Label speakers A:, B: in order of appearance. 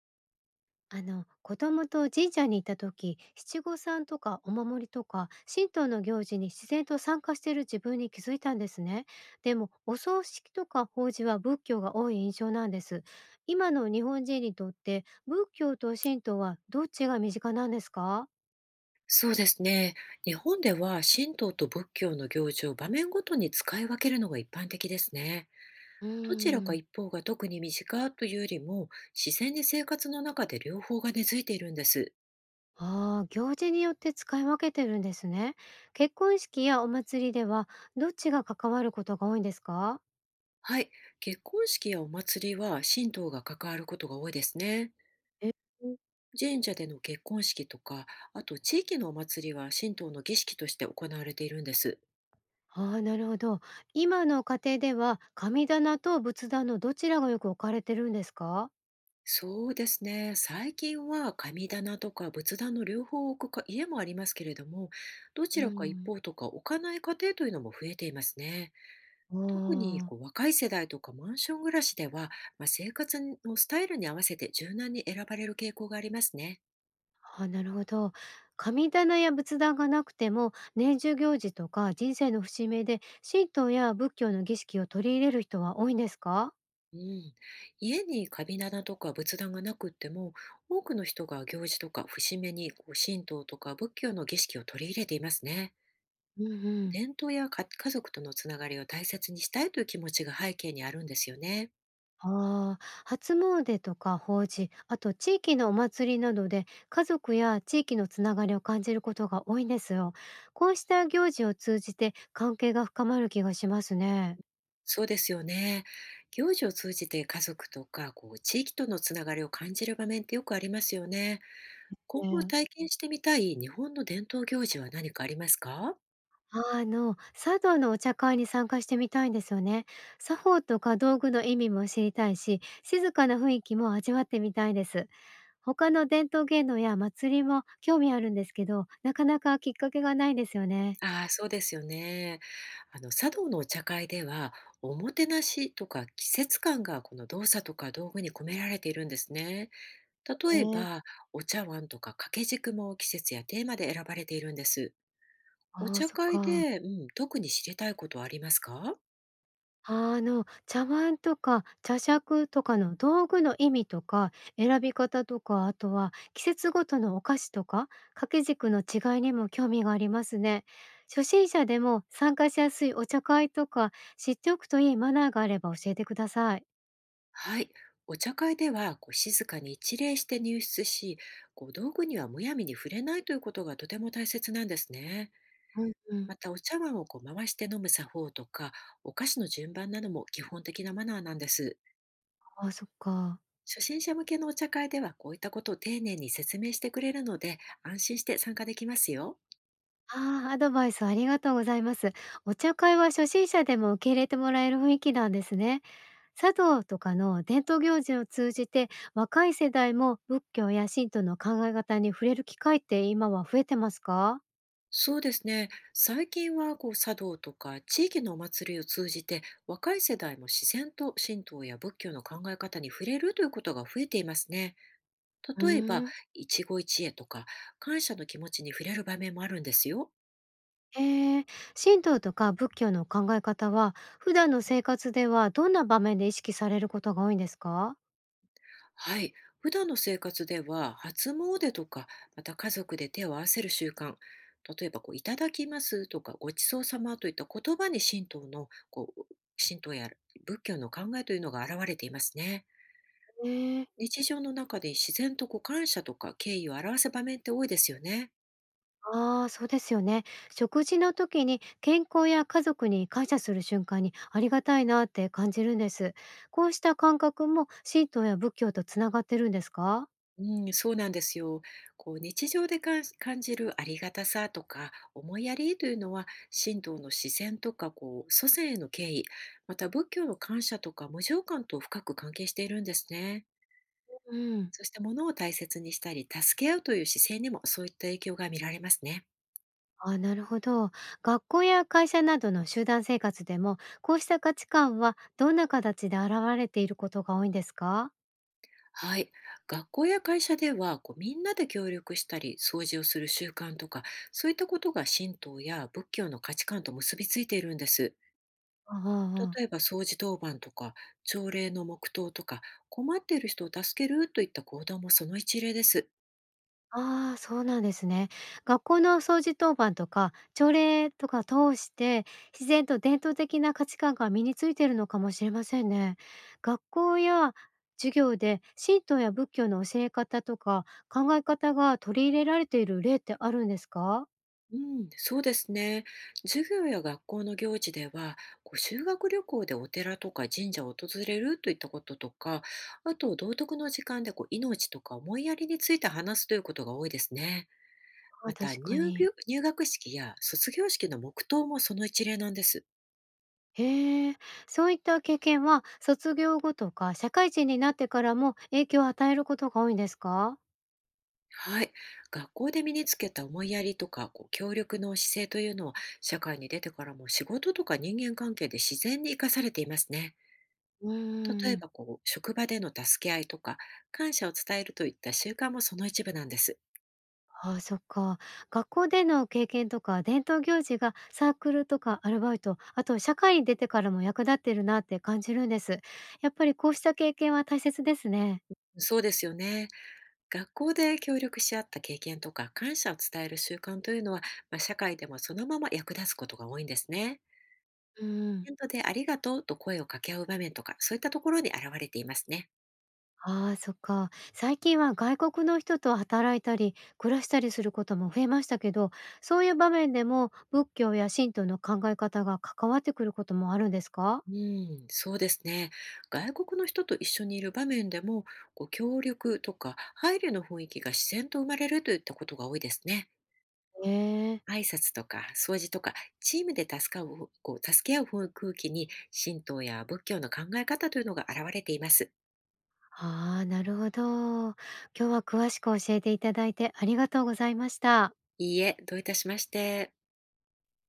A: 子供と神じちゃんに行った時、七五三とかお守りとか神道の行事に自然と参加している自分に気づいたんですね。でも、お葬式とか法事は仏教が多い印象なんです。今の日本人にとって仏教と神道はどっちが身近なんですか？
B: そうですね。日本では神道と仏教の行事を場面ごとに使い分けるのが一般的ですね。
A: うー
B: どちらか
A: ん。
B: 一方が特に身近というよりも、自然に生活の中で両方が根付いているんです。
A: ああー、行事によって使い分けてるんですね。結婚式やお祭りでは、どっちが関わることが多いんですか？
B: はい。結婚式やお祭りは神道が関わることが多いですね。
A: え。
B: 神社での結婚式とか、あと地域のお祭りは神道の儀式として行われているんです。
A: ああ、なるほど。今の家庭では神棚と仏壇のどちらがよく置かれてるんですか？
B: そうですね。最近は神棚とか仏壇の両方を置くか家もありますけれども、どち
A: う
B: らか一
A: ん。
B: 方とか置かない家庭というのも増えていますね。
A: お
B: 特に
A: ー。あ
B: 若い世代とかマンション暮らしでは、生活のスタイルに合わせて柔軟に選ばれる傾向がありますね。
A: あ、なるほど。神棚や仏壇がなくても、年中行事とか人生の節目で神道や仏教の儀式を取り入れる人は多いんですか？
B: うん、家に神棚とか仏壇がなくっても、多くの人が行事とか節目に神道とか仏教の儀式を取り入れていますね。
A: うんうん。
B: 伝統やか家族とのつながりを大切にしたいという気持ちが背景にあるんですよね。
A: ああ、初詣とか法事、あと地域のお祭りなどで家族や地域のつながりを感じることが多いんですよ。こうした行事を通じて関係が深まる気がしますね。
B: そうですよね。行事を通じて家族とか地域とのつながりを感じる場面ってよくありますよね。今後
A: ね。
B: 体験してみたい日本の伝統行事は何かありますか？
A: 茶道のお茶会に参加してみたいんですよね。作法とか道具の意味も知りたいし、静かな雰囲気も味わってみたいです。他の伝統芸能や祭りも興味あるんですけど、なかなかきっかけがないんですよね。
B: ああ、そうですよね。茶道のお茶会では、おもてなしとか季節感がこの動作とか道具に込められているんですね。例え
A: ね。
B: ば、お茶碗とか掛け軸も季節やテーマで選ばれているんです。お
A: ああ、
B: 茶
A: そっ
B: 会
A: か。
B: で、うん、特に知りたいことはありますか？
A: 茶碗とか茶杓とかの道具の意味とか、選び方とか、あとは季節ごとのお菓子とか、掛け軸の違いにも興味がありますね。初心者でも参加しやすいお茶会とか、知っておくといいマナーがあれば教えてください。
B: はい。お茶会では、こう静かに一礼して入室し、こう道具にはむやみに触れないということがとても大切なんですね。
A: うんうん。
B: また、お茶碗をこう回して飲む作法とか、お菓子の順番なども基本的なマナーなんです。
A: あ、そっか。
B: 初心者向けのお茶会では、こういったことを丁寧に説明してくれるので、安心して参加できますよ。
A: ああ、アドバイスありがとうございます。お茶会は初心者でも受け入れてもらえる雰囲気なんですね。茶道とかの伝統行事を通じて、若い世代も仏教や神道の考え方に触れる機会って今は増えてますか？
B: そうですね。最近は茶道とか地域のお祭りを通じて、若い世代も自然と神道や仏教の考え方に触れるということが増えていますね。
A: うー
B: 例えば、
A: ん。
B: 一期一会とか感謝の気持ちに触れる場面もあるんですよ。
A: へえ。神道とか仏教の考え方は、普段の生活ではどんな場面で意識されることが多いんですか？
B: はい。普段の生活では、初詣とか、また家族で手を合わせる習慣、例えば「いただきます」とか「ごちそうさま」といった言葉に、神道や仏教の考えというのが現れていますね。
A: ねえ。
B: 日常の中で自然と感謝とか敬意を表す場面って多いですよね。
A: ああー、そうですよね。食事の時に健康や家族に感謝する瞬間にありがたいなって感じるんです。こうした感覚も神道や仏教とつながってるんですか？
B: うん、そうなんですよ。日常で感じるありがたさとか思いやりというのは、神道の自然とか祖先への敬意、また仏教の感謝とか無常感と深く関係しているんですね。
A: うん。
B: そして、物を大切にしたり助け合うという姿勢にも、そういった影響が見られますね。
A: ああ、なるほど。学校や会社などの集団生活でも、こうした価値観はどんな形で現れていることが多いんですか？
B: はい。学校や会社では、みんなで協力したり掃除をする習慣とか、そういったことが神道や仏教の価値観と結びついているんです。
A: あああああ
B: 例え
A: あ。
B: ば、掃除当番とか朝礼の黙祷とか、困っている人を助けるといった行動もその一例です。
A: そうなんですね。学校の掃除当番とか朝礼とか通して、自然と伝統的な価値観が身についているのかもしれませんね。学校や授業で神道や仏教の教え方とか考え方が取り入れられている例ってあるんですか？
B: うん、そうですね。授業や学校の行事では、修学旅行でお寺とか神社を訪れるといったこととか、あと道徳の時間で命とか思いやりについて話すということが多いですね。
A: ああ、
B: また、
A: 確か
B: 入
A: に。
B: 学入学式や卒業式の黙祷もその一例なんです。
A: へえ、そういった経験は卒業後とか社会人になってからも影響を与えることが多いんですか？
B: はい。学校で身につけた思いやりとか、協力の姿勢というのは、社会に出てからも仕事とか人間関係で自然に生かされていますね。
A: うー
B: 例え
A: ん。
B: ば、職場での助け合いとか、感謝を伝えるといった習慣もその一部なんです。
A: ああ、そっか。学校での経験とか伝統行事がサークルとかアルバイト、あと社会に出てからも役立ってるなって感じるんです。やっぱりこうした経験は大切ですね。
B: そうですよね。学校で協力し合った経験とか、感謝を伝える習慣というのは、社会でもそのまま役立つことが多いんですね。
A: うん。
B: イベントでありがとうと声を掛け合う場面とか、そういったところに現れていますね。
A: ああ、そっか。最近は外国の人と働いたり、暮らしたりすることも増えましたけど、そういう場面でも仏教や神道の考え方が関わってくることもあるんですか？
B: うん、そうですね。外国の人と一緒にいる場面でも、協力とか配慮の雰囲気が自然と生まれるといったことが多いですね。
A: ええ。
B: 挨拶とか掃除とか、チームで助かう、こう助け合う雰空気に、神道や仏教の考え方というのが現れています。
A: ああ、なるほど。今日は詳しく教えていただいてありがとうございました。
B: いいえ、どういたしまして。